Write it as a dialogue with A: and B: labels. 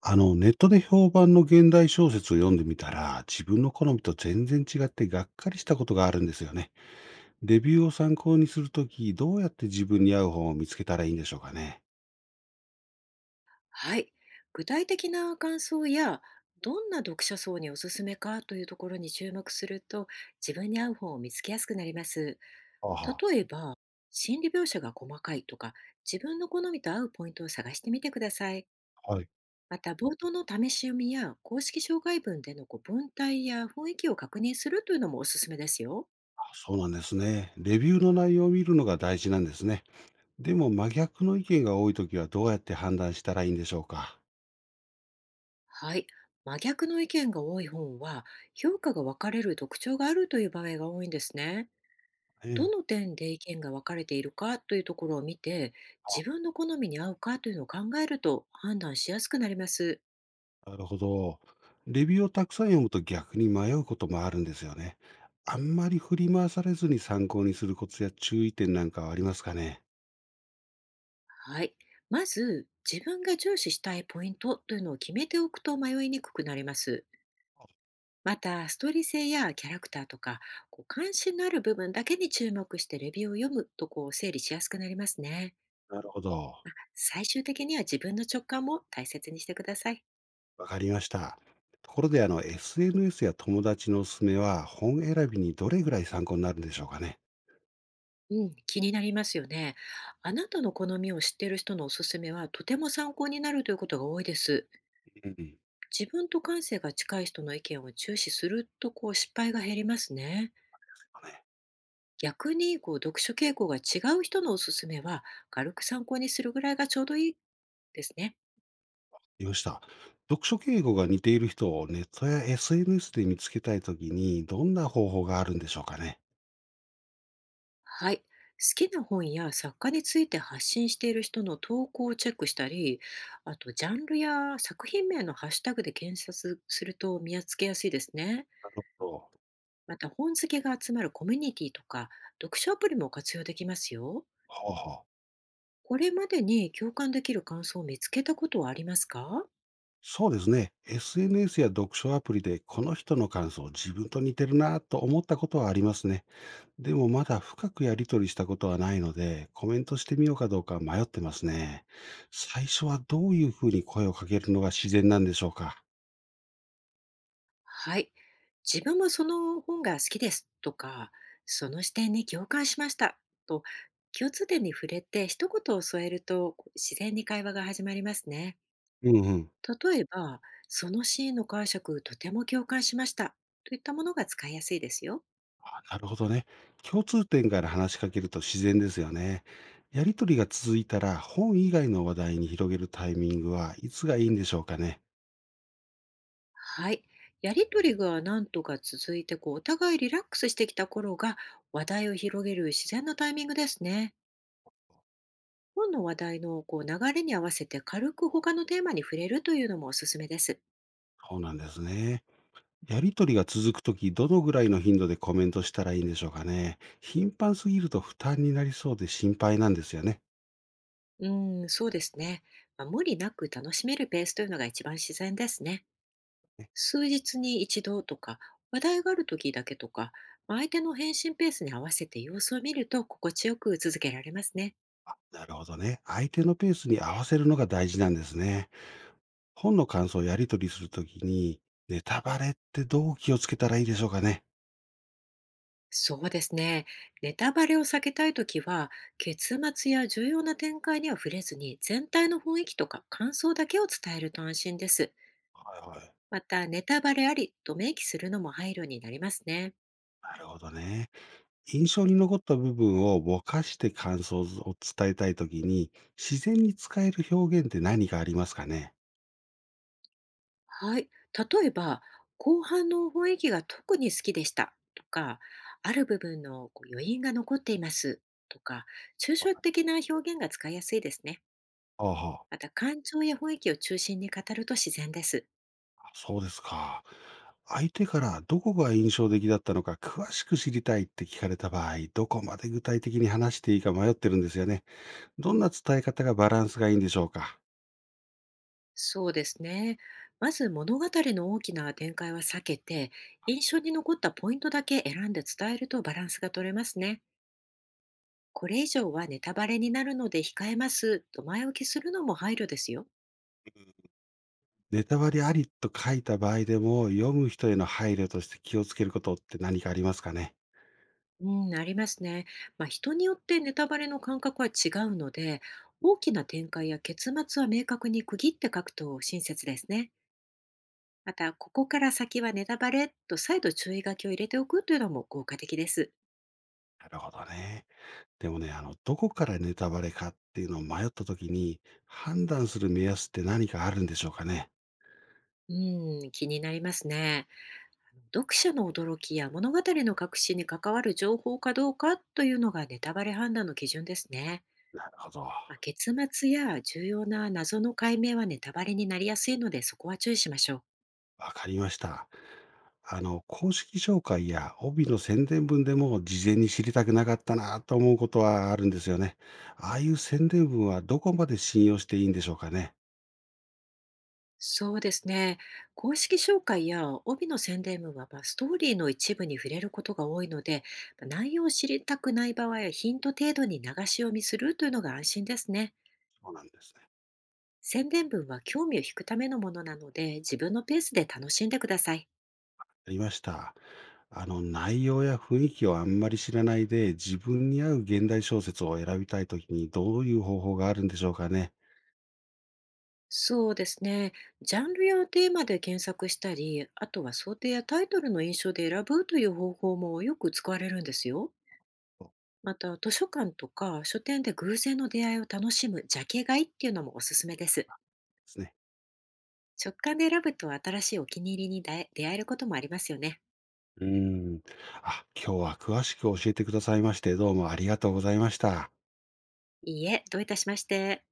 A: ネットで評判の現代小説を読んでみたら、自分の好みと全然違ってがっかりしたことがあるんですよね。レビューを参考にするとき、どうやって自分に合う本を見つけたらいいんでしょうかね。
B: はい。具体的な感想や、どんな読者層におすすめかというところに注目すると、自分に合う本を見つけやすくなります。
A: あは、
B: 例えば、心理描写が細かいとか、自分の好みと合うポイントを探してみてください。
A: はい。
B: また、冒頭の試し読みや公式紹介文での文体や雰囲気を確認するというのもおすすめですよ。
A: あ、そうなんですね。レビューの内容を見るのが大事なんですね。でも、真逆の意見が多いときはどうやって判断したらいいんでしょうか。
B: はい。真逆の意見が多い本は、評価が分かれる特徴があるという場合が多いんですね。ど
A: ええ、
B: の点で意見が分かれているかというところを見て、自分の好みに合うかというのを考えると判断しやすくなります。
A: なるほど。レビューをたくさん読むと逆に迷うこともあるんですよね。あんまり振り回されずに参考にするコツや注意点なんかはありますかね。
B: はい。まず、自分が重視したいポイントというのを決めておくと迷いにくくなります。また、ストーリー性やキャラクターとか、関心のある部分だけに注目してレビューを読むと整理しやすくなりますね。
A: なるほど。
B: 最終的には自分の直感も大切にしてください。
A: わかりました。ところで、SNS や友達のおすすめは本選びにどれぐらい参考になるんでしょうかね。
B: うん、気になりますよね。あなたの好みを知っている人のおすすめはとても参考になるということが多いです。
A: うん。ね、
B: 自分と感性が近い人の意見を注視すると失敗が減りますね。逆に読書傾向が違う人のおすすめは軽く参考にするぐらいがちょうどいいですね。
A: いました。読書敬語が似ている人をネットや SNS で見つけたいときにどんな方法があるんでしょうかね。
B: はい。好きな本や作家について発信している人の投稿をチェックしたり、あとジャンルや作品名のハッシュタグで検索すると見つけやすいですね。
A: なるほど。
B: また、本好きが集まるコミュニティとか読書アプリも活用できますよ。
A: ほうほう。
B: これまでに共感できる感想を見つけたことはありますか？
A: そうですね。SNS や読書アプリでこの人の感想自分と似てるなぁと思ったことはありますね。でもまだ深くやり取りしたことはないので、コメントしてみようかどうか迷ってますね。最初はどういうふうに声をかけるのが自然なんでしょうか？
B: はい。自分もその本が好きですとか、その視点に共感しましたと、共通点に触れて一言を添えると自然に会話が始まりますね。
A: うんうん。
B: 例えば、そのシーンの解釈とても共感しましたといったものが使いやすいですよ。
A: あ、なるほどね。共通点から話しかけると自然ですよね。やりとりが続いたら本以外の話題に広げるタイミングはいつがいいんでしょうかね。
B: はい。やりとりが何とか続いて、お互いリラックスしてきた頃が、話題を広げる自然なタイミングですね。本の話題の流れに合わせて軽く他のテーマに触れるというのもおすすめです。
A: そうなんですね。やりとりが続くとき、どのぐらいの頻度でコメントしたらいいんでしょうかね。頻繁すぎると負担になりそうで心配なんですよね。
B: うん、そうですね。まあ、無理なく楽しめるペースというのが一番自然ですね。数日に一度とか、話題がある時だけとか、まあ相手の返信ペースに合わせて様子を見ると心地よく続けられますね。
A: なるほどね。相手のペースに合わせるのが大事なんですね。本の感想をやり取りするときに、ネタバレってどう気をつけたらいいでしょうかね。
B: そうですね。ネタバレを避けたいときは、結末や重要な展開には触れずに、全体の雰囲気とか感想だけを伝えると安心です。
A: はいはい。
B: また、ネタバレありと明記するのも配慮になりますね。
A: なるほどね。印象に残った部分をぼかして感想を伝えたいときに、自然に使える表現って何かありますかね。
B: はい。例えば、後半の雰囲気が特に好きでしたとか、ある部分の余韻が残っていますとか、抽
A: は
B: 象
A: い、
B: 的な表現が使いやすいですね。
A: ああはあ、
B: また、感情や雰囲気を中心に語ると自然です。
A: そうですか。相手からどこが印象的だったのか詳しく知りたいって聞かれた場合、どこまで具体的に話していいか迷ってるんですよね。どんな伝え方がバランスがいいんでしょうか。
B: そうですね。まず、物語の大きな展開は避けて、印象に残ったポイントだけ選んで伝えるとバランスが取れますね。これ以上はネタバレになるので控えますと前置きするのも配慮ですよ。
A: ネタバレありと書いた場合でも、読む人への配慮として気をつけることって何かありますかね。
B: うん、ありますね。まあ、人によってネタバレの感覚は違うので、大きな展開や結末は明確に区切って書くと親切ですね。また、ここから先はネタバレと再度注意書きを入れておくというのも効果的です。
A: なるほどね。でもね、どこからネタバレかっていうのを迷った時に、判断する目安って何かあるんでしょうかね。
B: うん、気になりますね。読者の驚きや物語の核心に関わる情報かどうかというのがネタバレ判断の基準ですね。
A: なるほど。
B: まあ、結末や重要な謎の解明はネタバレになりやすいので、そこは注意しましょう。
A: わかりました。公式紹介や帯の宣伝文でも事前に知りたくなかったなと思うことはあるんですよね。ああいう宣伝文はどこまで信用していいんでしょうかね。
B: そうですね。公式紹介や帯の宣伝文は、まあ、ストーリーの一部に触れることが多いので、まあ内容を知りたくない場合はヒント程度に流し読みするというのが安心ですね。
A: そうなんですね。
B: 宣伝文は興味を引くためのものなので、自分のペースで楽しんでください。
A: ありました。内容や雰囲気をあんまり知らないで自分に合う現代小説を選びたいときにどういう方法があるんでしょうかね。
B: そうですね。ジャンルやテーマで検索したり、あとは想定やタイトルの印象で選ぶという方法もよく使われるんですよ。
A: そう
B: また、図書館とか書店で偶然の出会いを楽しむジャケ買いっていうのもおすすめです。
A: ですね。
B: 直感で選ぶと新しいお気に入りに出会えることもありますよね。
A: うーん。あ、今日は詳しく教えてくださいまして、どうもありがとうございました。
B: いいえ、どういたしまして。